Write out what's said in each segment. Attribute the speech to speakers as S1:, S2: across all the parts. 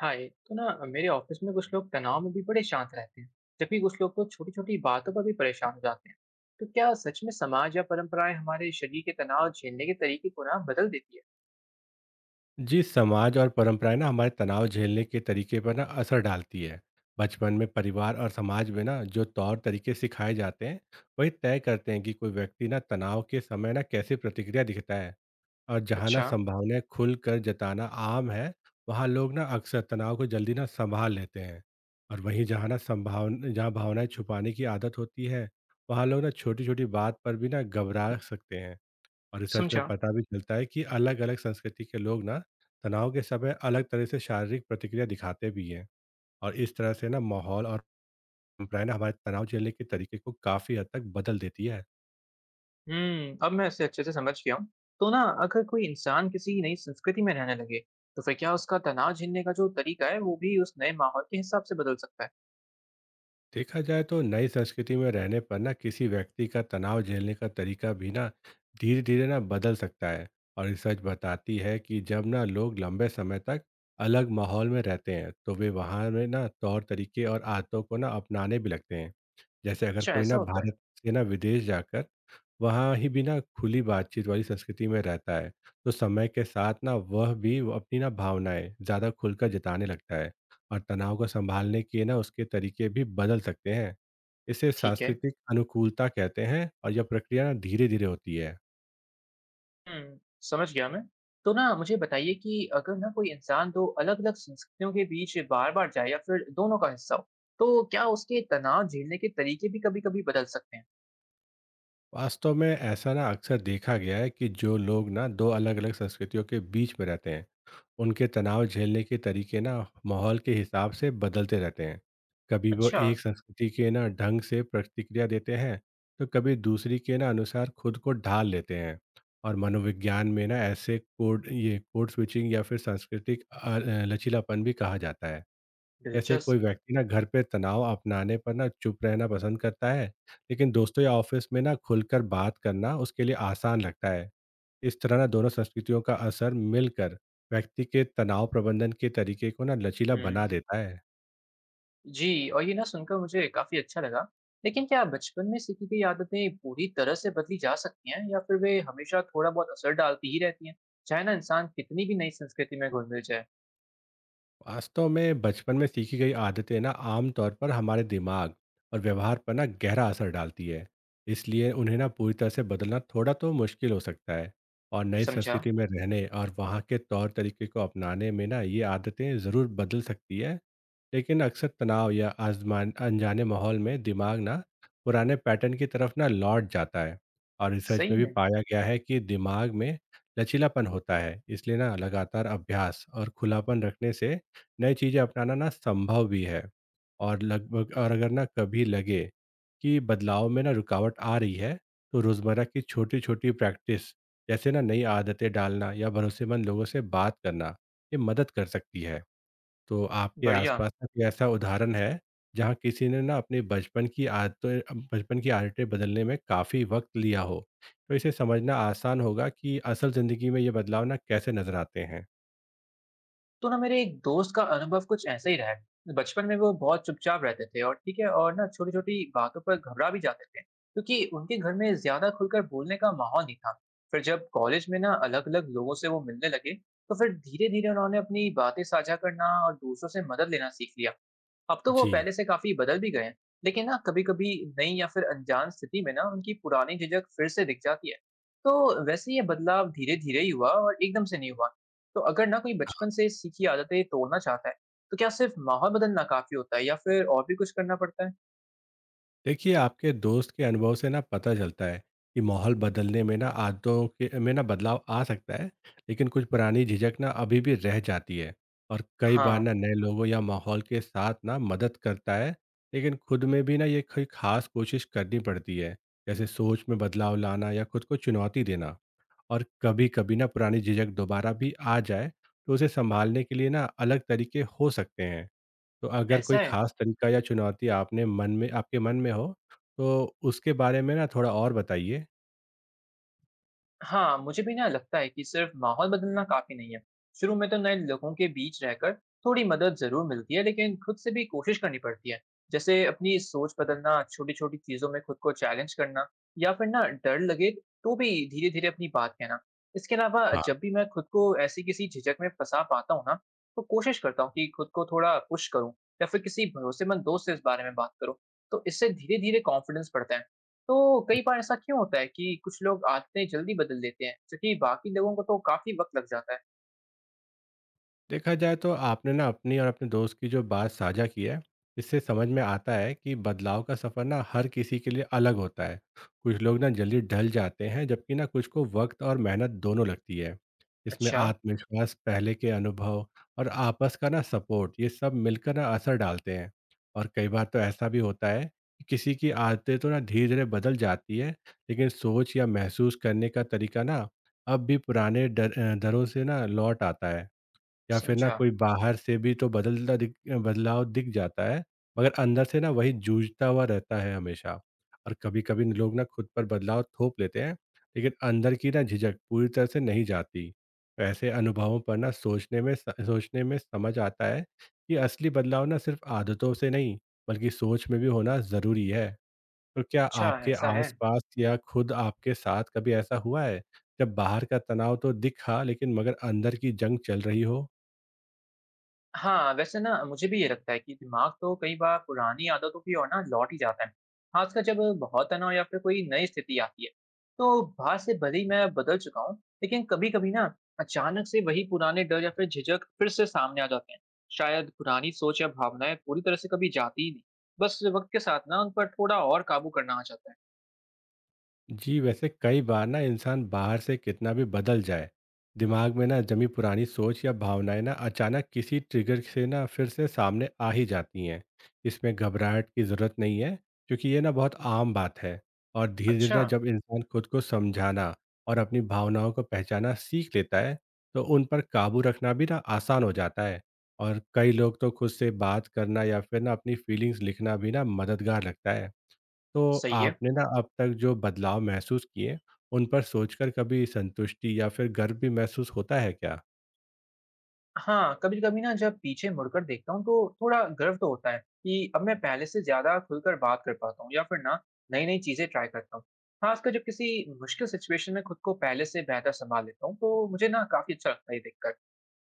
S1: हाय। तो ना मेरे ऑफिस में कुछ लोग तनाव में भी बड़े शांत रहते हैं, जबकि कुछ लोग तो छोटी छोटी बातों पर भी परेशान हो जाते हैं। तो क्या सच में समाज या परंपराएं हमारे शरीर के तनाव झेलने के तरीके को ना बदल देती है?
S2: जी समाज और परंपराएं ना हमारे तनाव झेलने के तरीके पर ना असर डालती है। बचपन में परिवार और समाज में ना जो तौर तरीके सिखाए जाते हैं, वही तय करते हैं कि कोई व्यक्ति ना तनाव के समय ना कैसे प्रतिक्रिया दिखता है। और जहाँ ना
S1: अच्छा।
S2: संभावनाएं खुल कर जताना आम है, वहाँ लोग ना अक्सर तनाव को जल्दी ना संभाल लेते हैं। और वहीं जहाँ ना संभावना जहाँ भावनाएं छुपाने की आदत होती है, वहाँ लोग ना छोटी छोटी बात पर भी ना घबरा सकते हैं। और रिसर्च में
S1: समझा।
S2: पता भी चलता है कि अलग-अलग संस्कृति के लोग ना तनाव के समय अलग तरह से शारीरिक प्रतिक्रिया दिखाते भी हैं। और इस तरह से ना माहौल और परंपराएं ना हमारे तनाव झेलने के तरीके को काफ़ी हद तक बदल देती है।
S1: हम्म, अब मैं इसे अच्छे से समझ गया हूँ। तो ना अगर कोई इंसान किसी नई संस्कृति में रहने लगे, तो फिर क्या उसका तनाव झेलने का जो तरीका है वो भी उस नए माहौल के हिसाब से बदल सकता है?
S2: देखा जाए तो नई संस्कृति में रहने पर ना किसी व्यक्ति का तनाव झेलने का तरीका भी ना धीरे धीरे ना बदल सकता है। और रिसर्च बताती है कि जब ना लोग लंबे समय तक अलग माहौल में रहते हैं, तो वे वहाँ में ना तौर तरीके और आदतों को ना अपनाने भी लगते हैं। जैसे अगर
S1: अच्छा,
S2: कोई
S1: ऐसा
S2: ना
S1: होता है?
S2: भारत से ना विदेश जाकर वहाँ ही भी ना खुली बातचीत वाली संस्कृति में रहता है, तो समय के साथ ना वह भी वो अपनी ना भावनाएं ज़्यादा खुलकर जताने लगता है। और तनाव को संभालने के ना उसके तरीके भी बदल सकते हैं। इसे
S1: ठीक है।
S2: सांस्कृतिक अनुकूलता कहते हैं, और यह प्रक्रिया ना धीरे धीरे होती है।
S1: हुँ, समझ गया मैं। तो ना मुझे बताइए कि अगर ना कोई इंसान 2 अलग-अलग संस्कृतियों के बीच बार-बार जाए या फिर दोनों का हिस्सा हो, तो क्या उसके तनाव झेलने के तरीके भी कभी-कभी बदल सकते हैं?
S2: वास्तव में ऐसा ना अक्सर देखा गया है कि जो लोग ना दो अलग अलग संस्कृतियों के बीच में रहते हैं, उनके तनाव झेलने के तरीके ना माहौल के हिसाब से बदलते रहते हैं। कभी वो
S1: अच्छा,
S2: एक संस्कृति के ना ढंग से प्रतिक्रिया देते हैं, तो कभी दूसरी के ना अनुसार खुद को ढाल लेते हैं। और मनोविज्ञान में ना ऐसे कोड ये कोड स्विचिंग या फिर सांस्कृतिक लचीलापन भी कहा जाता है। जैसे
S1: दिलचस्प।
S2: कोई व्यक्ति ना घर पे तनाव अपनाने पर ना चुप रहना पसंद करता है, लेकिन दोस्तों या ऑफिस में ना खुलकर बात करना उसके लिए आसान लगता है। इस तरह ना दोनों संस्कृतियों का असर मिलकर व्यक्ति के तनाव प्रबंधन के तरीके को ना लचीला
S1: हुँ,
S2: बना देता है।
S1: जी और ये ना सुनकर मुझे काफ़ी अच्छा लगा। लेकिन क्या बचपन में सीखी गई आदतें पूरी तरह से बदली जा सकती हैं या फिर वे हमेशा थोड़ा-बहुत असर डालती ही रहती हैं, चाहे ना इंसान कितनी भी नई संस्कृति में घुल-मिल जाए?
S2: वास्तव में बचपन में सीखी गई आदतें ना आमतौर पर हमारे दिमाग और व्यवहार पर ना गहरा असर डालती है। इसलिए उन्हें ना पूरी तरह से बदलना थोड़ा तो मुश्किल हो सकता है। और नई
S1: समझा।
S2: संस्कृति में रहने और वहाँ के तौर तरीके को अपनाने में ना ये आदतें ज़रूर बदल सकती है। लेकिन अक्सर तनाव या आजमान अनजाने माहौल में दिमाग ना पुराने पैटर्न की तरफ ना लौट जाता है। और रिसर्च
S1: सही
S2: में भी
S1: में?
S2: पाया गया है कि दिमाग में लचीलापन होता है, इसलिए ना लगातार अभ्यास और खुलापन रखने से नई चीज़ें अपनाना ना संभव भी है। और लगभग और अगर ना कभी लगे कि बदलाव में ना रुकावट आ रही है, तो रोज़मर्रा की छोटी छोटी प्रैक्टिस जैसे ना नई आदतें डालना या भरोसेमंद लोगों से बात करना ये मदद कर सकती है। तो आपके
S1: बढ़िया।
S2: आसपास का कोई ऐसा उदाहरण है जहाँ किसी ने ना अपने बचपन की आदतें बदलने में काफ़ी वक्त लिया हो, तो इसे समझना आसान होगा कि असल ज़िंदगी में ये बदलाव ना कैसे नज़र आते हैं।
S1: तो ना मेरे एक दोस्त का अनुभव कुछ ऐसा ही रहा है। बचपन में वो बहुत चुपचाप रहते थे, और ठीक है, और ना छोटी छोटी बातों पर घबरा भी जाते थे क्योंकि उनके घर में ज्यादा खुलकर बोलने का माहौल नहीं था। फिर जब कॉलेज में ना अलग अलग लोगों से वो मिलने लगे, तो फिर धीरे धीरे उन्होंने अपनी बातें साझा करना और दूसरों से मदद लेना सीख लिया। अब तो वो
S2: जी,
S1: पहले से काफी बदल भी गए हैं। लेकिन ना कभी कभी नई या फिर अनजान स्थिति में ना उनकी पुरानी झिझक फिर से दिख जाती है। तो वैसे ये बदलाव धीरे धीरे ही हुआ और एकदम से नहीं हुआ। तो अगर ना कोई बचपन से सीखी आदतें तोड़ना चाहता है, तो क्या सिर्फ माहौल बदलना काफी होता है या फिर और भी कुछ करना पड़ता है?
S2: देखिए आपके दोस्त के अनुभव से ना पता चलता है कि माहौल बदलने में ना आदतों के में ना बदलाव आ सकता है, लेकिन कुछ पुरानी झिझक ना अभी भी रह जाती है। और कई बार
S1: हाँ।
S2: ना नए लोगों या माहौल के साथ ना मदद करता है, लेकिन खुद में भी ना ये कोई खास कोशिश करनी पड़ती है। जैसे सोच में बदलाव लाना या खुद को चुनौती देना। और कभी कभी ना पुरानी झिझक दोबारा भी आ जाए, तो उसे संभालने के लिए ना अलग तरीके हो सकते हैं। तो अगर
S1: ऐसा
S2: कोई
S1: है।
S2: खास तरीका या चुनौती आपने मन में आपके मन में हो, तो उसके बारे में ना थोड़ा और बताइए?
S1: हाँ, मुझे भी ना लगता है कि सिर्फ माहौल बदलना काफी नहीं है। शुरू में तो नए लोगों के बीच रहकर थोड़ी मदद जरूर मिलती है, लेकिन खुद से भी कोशिश करनी पड़ती है। जैसे अपनी सोच बदलना, छोटी-छोटी चीजों में खुद को चैलेंज करना, या फिर ना डर लगे तो भी धीरे-धीरे अपनी बात कहना। इसके अलावा जब भी मैं खुद को ऐसी किसी झिझक में फंसा पाता हूँ ना, तो कोशिश करता हूँ कि खुद को थोड़ा पुश करूँ, या फिर किसी भरोसेमंद दोस्त से इस बारे में बात करूँ। तो इससे धीरे-धीरे कॉन्फिडेंस बढ़ता है। तो कई बार ऐसा क्यों होता है कि कुछ लोग आदतें जल्दी बदल देते हैं, जबकि बाकी लोगों को तो काफ़ी वक़्त लग जाता है?
S2: देखा जाए तो आपने ना अपनी और अपने दोस्त की जो बात साझा की है, इससे समझ में आता है कि बदलाव का सफ़र ना हर किसी के लिए अलग होता है। कुछ लोग ना जल्दी ढल जाते हैं, जबकि ना कुछ को वक्त और मेहनत दोनों लगती है। इसमें
S1: अच्छा,
S2: आत्मविश्वास, पहले के अनुभव और आपस का ना सपोर्ट ये सब मिलकर ना असर डालते हैं। और कई बार तो ऐसा भी होता है कि किसी की आदतें तो ना धीरे धीरे बदल जाती है, लेकिन सोच या महसूस करने का तरीका ना अब भी पुराने डर दरों से ना लौट आता है। या फिर ना
S1: समझा।
S2: कोई बाहर से भी तो बदलता दिख बदलाव दिख जाता है, मगर अंदर से ना वही जूझता हुआ रहता है हमेशा। और कभी-कभी न लोग ना खुद पर बदलाव थोप लेते हैं, लेकिन अंदर की ना झिझक पूरी तरह से नहीं जाती। तो ऐसे अनुभवों पर ना सोचने में समझ आता है कि असली बदलाव ना सिर्फ आदतों से नहीं, बल्कि सोच में भी होना ज़रूरी है। तो क्या
S1: अच्छा,
S2: आपके
S1: ऐसा है।
S2: आस-पास या खुद आपके साथ कभी ऐसा हुआ है, जब बाहर का तनाव तो दिखा लेकिन मगर अंदर की जंग चल रही हो?
S1: हाँ, वैसे ना मुझे भी ये लगता है कि दिमाग तो कई बार पुरानी आदतों की ओर ना लौट ही जाता है, खासकर जब बहुत तनाव या फिर कोई नई स्थिति आती है। तो बाहर से भले ही मैं बदल चुका हूँ, लेकिन कभी-कभी ना अचानक से वही पुराने डर या फिर झिझक फिर से सामने आ जाते हैं। शायद पुरानी सोच या भावनाएं पूरी तरह से कभी जाती ही नहीं, बस वक्त के साथ ना उन पर थोड़ा और काबू करना आ जाता है।
S2: जी, वैसे कई बार ना इंसान बाहर से कितना भी बदल जाए, दिमाग में ना जमी पुरानी सोच या भावनाएं ना अचानक किसी ट्रिगर से ना फिर से सामने आ ही जाती हैं। इसमें घबराहट की ज़रूरत नहीं है, क्योंकि ये ना बहुत आम बात है। और धीरे धीरे
S1: अच्छा,
S2: ना जब इंसान खुद को समझाना और अपनी भावनाओं को पहचाना सीख लेता है, तो उन पर काबू रखना भी ना आसान हो जाता है। और कई लोग तो खुद से बात करना या फिर ना अपनी फीलिंग्स लिखना भी ना मददगार लगता है। तो
S1: सही है।
S2: आपने ना अब तक जो बदलाव महसूस किए, उन पर सोचकर कभी संतुष्टि या फिर गर्व भी महसूस होता है क्या?
S1: हाँ, कभी-कभी ना जब पीछे मुड़कर देखता हूँ तो थोड़ा गर्व तो होता है कि अब मैं पहले से ज़्यादा खुलकर बात कर पाता हूँ, या फिर ना नई-नई चीज़ें ट्राई करता हूँ। खासकर जब किसी मुश्किल सिचुएशन में खुद को पहले से बेहतर संभाल लेता हूँ तो मुझे ना काफ़ी अच्छा लगता है ये देखकर।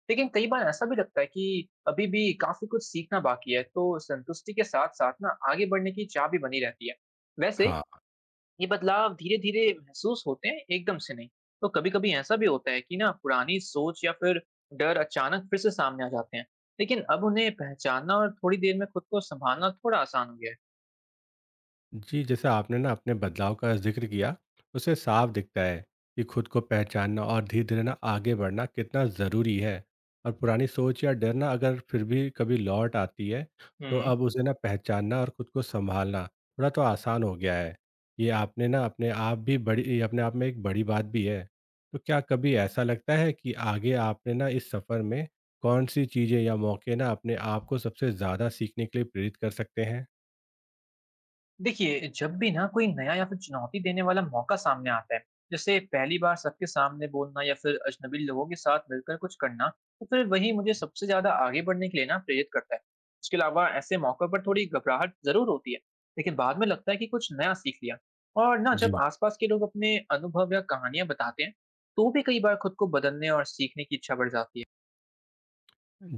S1: लेकिन कई बार ऐसा भी लगता है कि अभी भी काफ़ी कुछ सीखना बाकी है, तो संतुष्टि के साथ-साथ ना आगे बढ़ने की चाह भी बनी रहती है। वैसे
S2: हाँ
S1: ये बदलाव धीरे धीरे महसूस होते हैं, एकदम से नहीं। तो कभी कभी ऐसा भी होता है कि ना पुरानी सोच या फिर डर अचानक फिर से सामने आ जाते हैं, लेकिन अब उन्हें पहचानना और थोड़ी देर में खुद को संभालना थोड़ा आसान हो गया है।
S2: जी, जैसे आपने ना अपने बदलाव का ज़िक्र किया, उससे साफ दिखता है कि खुद को पहचानना और धीरे-धीरे ना आगे बढ़ना कितना ज़रूरी है। और पुरानी सोच या डर ना अगर फिर भी कभी लौट आती है, तो
S1: हम्म।
S2: अब उसे ना पहचानना और खुद को सँभालना थोड़ा तो आसान हो गया है। ये आपने ना अपने आप में एक बड़ी बात भी है। तो क्या कभी ऐसा लगता है कि आगे आपने ना इस सफ़र में कौन-सी चीज़ें या मौके ना अपने आप को सबसे ज़्यादा सीखने के लिए प्रेरित कर सकते हैं?
S1: देखिए, जब भी ना कोई नया या फिर चुनौती देने वाला मौका सामने आता है, जैसे पहली बार सबके सामने बोलना या फिर अजनबी लोगों के साथ मिलकर कुछ करना, तो फिर वही मुझे सबसे ज्यादा आगे बढ़ने के लिए ना प्रेरित करता है। इसके अलावा ऐसे मौकों पर थोड़ी घबराहट जरूर होती है, लेकिन बाद में लगता है कि कुछ नया सीख लिया। और ना जब
S2: जी।
S1: आसपास के लोग अपने अनुभव या कहानियां बताते हैं तो भी कई बार खुद को बदलने और सीखने की इच्छा बढ़ जाती है।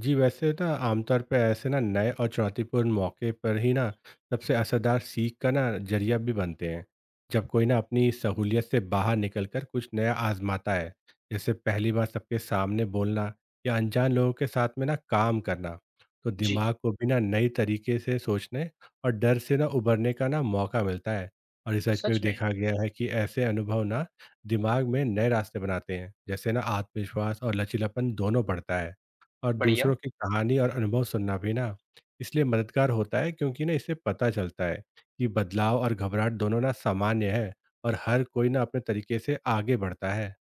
S2: जी, वैसे ना आमतौर पे ऐसे ना नए और चुनौतीपूर्ण मौके पर ही ना सबसे असरदार सीख का ना जरिया भी बनते हैं। जब कोई ना अपनी सहूलियत से बाहर निकलकर कुछ नया आजमाता है, जैसे पहली बार सबके सामने बोलना या अनजान लोगों के साथ में ना काम करना, तो
S1: जी।
S2: दिमाग को भी ना नई तरीके से सोचने और डर से ना उभरने का ना मौका मिलता है। और रिसर्च में
S1: सच
S2: भी
S1: में?
S2: देखा गया है कि ऐसे अनुभव ना दिमाग में नए रास्ते बनाते हैं, जैसे ना आत्मविश्वास और लचीलापन दोनों बढ़ता है। और
S1: बढ़िया।
S2: दूसरों की कहानी और अनुभव सुनना भी ना इसलिए मददगार होता है, क्योंकि ना इससे पता चलता है कि बदलाव और घबराहट दोनों ना सामान्य है, और हर कोई ना अपने तरीके से आगे बढ़ता है।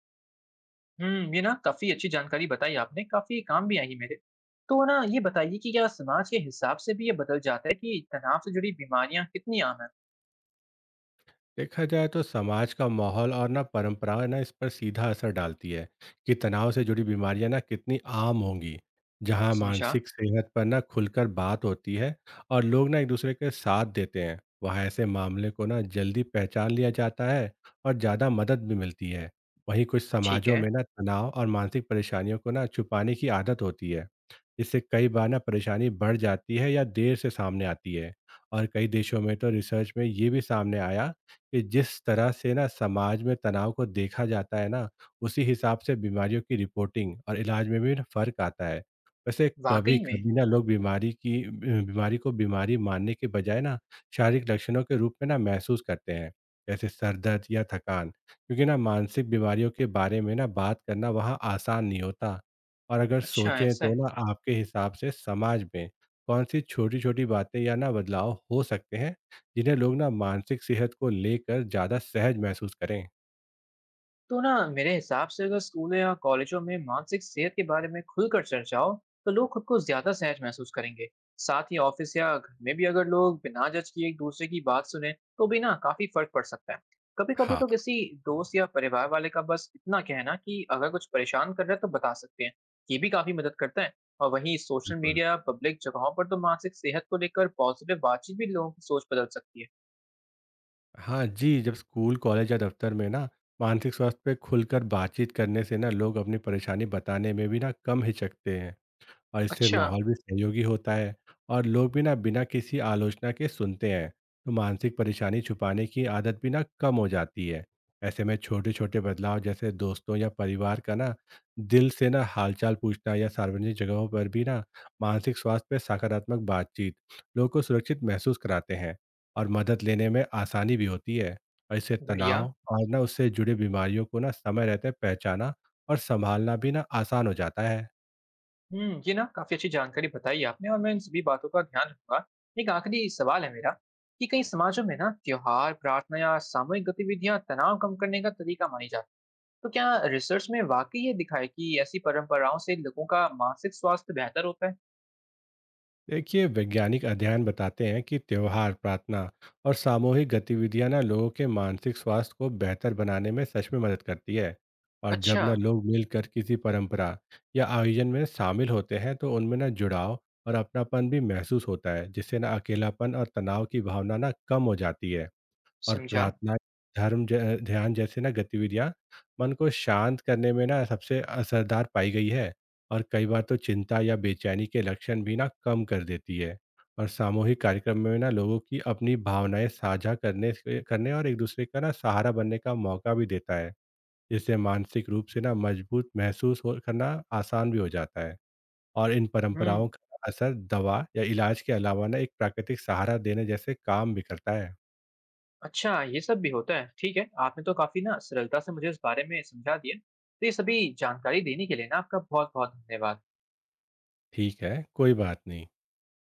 S1: हुँ, ये ना काफ़ी अच्छी जानकारी बताई आपने, काफ़ी काम भी आई मेरे। तो ना ये बताइए कि क्या समाज के हिसाब से भी ये बदल जाता है कि तनाव से जुड़ी बीमारियाँ कितनी आम हैं?
S2: देखा जाए तो समाज का माहौल और ना परंपराएं ना इस पर सीधा असर डालती है कि तनाव से जुड़ी बीमारियां ना कितनी आम होंगी। जहां
S1: समझा।
S2: मानसिक सेहत पर ना खुलकर बात होती है और लोग ना एक दूसरे के साथ देते हैं, वहां ऐसे मामले को ना जल्दी पहचान लिया जाता है, और ज़्यादा मदद भी मिलती है। वहीं कुछ
S1: ठीक
S2: समाजों
S1: है।
S2: में ना तनाव और मानसिक परेशानियों को ना छुपाने की आदत होती है, इससे कई बार ना परेशानी बढ़ जाती है या देर से सामने आती है। और कई देशों में तो रिसर्च में ये भी सामने आया कि जिस तरह से ना समाज में तनाव को देखा जाता है ना, उसी हिसाब से बीमारियों की रिपोर्टिंग और इलाज में भी ना फर्क आता है। वैसे कभी
S1: वाक़ई में?
S2: कभी ना लोग बीमारी की बीमारी को बीमारी मानने के बजाय ना शारीरिक लक्षणों के रूप में ना महसूस करते हैं, जैसे सर दर्द या थकान, क्योंकि ना मानसिक बीमारियों के बारे में ना बात करना वहाँ आसान नहीं होता। और अगर
S1: अच्छा,
S2: सोचें
S1: ऐसा
S2: तो
S1: है।
S2: ना आपके हिसाब से समाज में कौन सी छोटी छोटी बातें या ना बदलाव हो सकते हैं जिन्हें लोग ना मानसिक सेहत को लेकर ज़्यादा सहज महसूस करें।
S1: तो ना मेरे हिसाब से अगर स्कूलों या कॉलेजों में मानसिक सेहत के बारे में खुलकर चर्चा हो, तो लोग खुद को ज्यादा सहज महसूस करेंगे। साथ ही ऑफिस या घर में भी अगर लोग बिना जज किए एक दूसरे की बात सुने तो भी ना काफी फर्क पड़ सकता है। कभी कभी
S2: हाँ।
S1: तो किसी दोस्त या परिवार वाले का बस इतना कहना कि अगर कुछ परेशान कर रहा है तो बता सकते हैं, ये भी काफी मदद करता है। और वहीं सोशल
S2: बिल्कुल।
S1: मीडिया या पब्लिक जगहों पर तो मानसिक सेहत को लेकर पॉजिटिव बातचीत भी लोगों की सोच बदल सकती है।
S2: हाँ जी, जब स्कूल, कॉलेज या दफ्तर में ना मानसिक स्वास्थ्य पे खुलकर बातचीत करने से ना लोग अपनी परेशानी बताने में भी ना कम हिचकते हैं। और इससे
S1: अच्छा।
S2: माहौल भी सहयोगी होता है, और लोग भी ना बिना किसी आलोचना के सुनते हैं, तो मानसिक परेशानी छुपाने की आदत भी ना कम हो जाती है। ऐसे में छोटे छोटे बदलाव, जैसे दोस्तों या परिवार का ना दिल से ना हालचाल पूछना या सार्वजनिक जगहों पर भी ना मानसिक स्वास्थ्य पर सकारात्मक बातचीत, लोगों को सुरक्षित महसूस कराते हैं, और मदद लेने में आसानी भी होती है। और इससे
S1: बढ़िया।
S2: तनाव और ना उससे जुड़े बीमारियों को ना समय रहते पहचाना और संभालना भी ना आसान हो जाता है।
S1: हुँ, ये ना काफ़ी अच्छी जानकारी बताई आपने, और मैं इन सभी बातों का ध्यान रखूँगा। एक आखिरी सवाल है मेरा, कि कई समाजों में ना त्योहार, प्रार्थना या सामूहिक गतिविधियाँ तनाव कम करने का तरीका मानी जाती हैं। तो क्या रिसर्च में वाक़ई ये दिखा है कि ऐसी परंपराओं से लोगों का मानसिक स्वास्थ्य बेहतर होता है?
S2: देखिए वैज्ञानिक अध्ययन बताते हैं कि त्योहार, प्रार्थना और सामूहिक गतिविधियां ना लोगों के मानसिक स्वास्थ्य को बेहतर बनाने में सच में मदद करती है। और जब
S1: अच्छा,
S2: ना लोग मिलकर किसी परंपरा या आयोजन में शामिल होते हैं, तो उनमें ना जुड़ाव और अपनापन भी महसूस होता है, जिससे ना अकेलापन और तनाव की भावना ना कम हो जाती है। और
S1: समझा।
S2: प्रार्थना, धर्म ज ध्यान जैसे ना गतिविधियाँ मन को शांत करने में ना सबसे असरदार पाई गई है, और कई बार तो चिंता या बेचैनी के लक्षण भी ना कम कर देती है। और सामूहिक कार्यक्रम में ना लोगों की अपनी भावनाएँ साझा करने और एक-दूसरे का ना सहारा बनने का मौका भी देता है, जिससे मानसिक रूप से ना मजबूत महसूस हो करना आसान भी हो जाता है। और इन
S1: हुँ,
S2: परंपराओं का असर दवा या इलाज के अलावा ना एक प्राकृतिक सहारा देने जैसे काम भी करता है।
S1: अच्छा ये सब भी होता है। ठीक है, आपने तो काफ़ी ना सरलता से मुझे इस बारे में समझा दिया। तो ये सभी जानकारी देने के लिए ना आपका बहुत-बहुत धन्यवाद।
S2: ठीक है, कोई बात नहीं।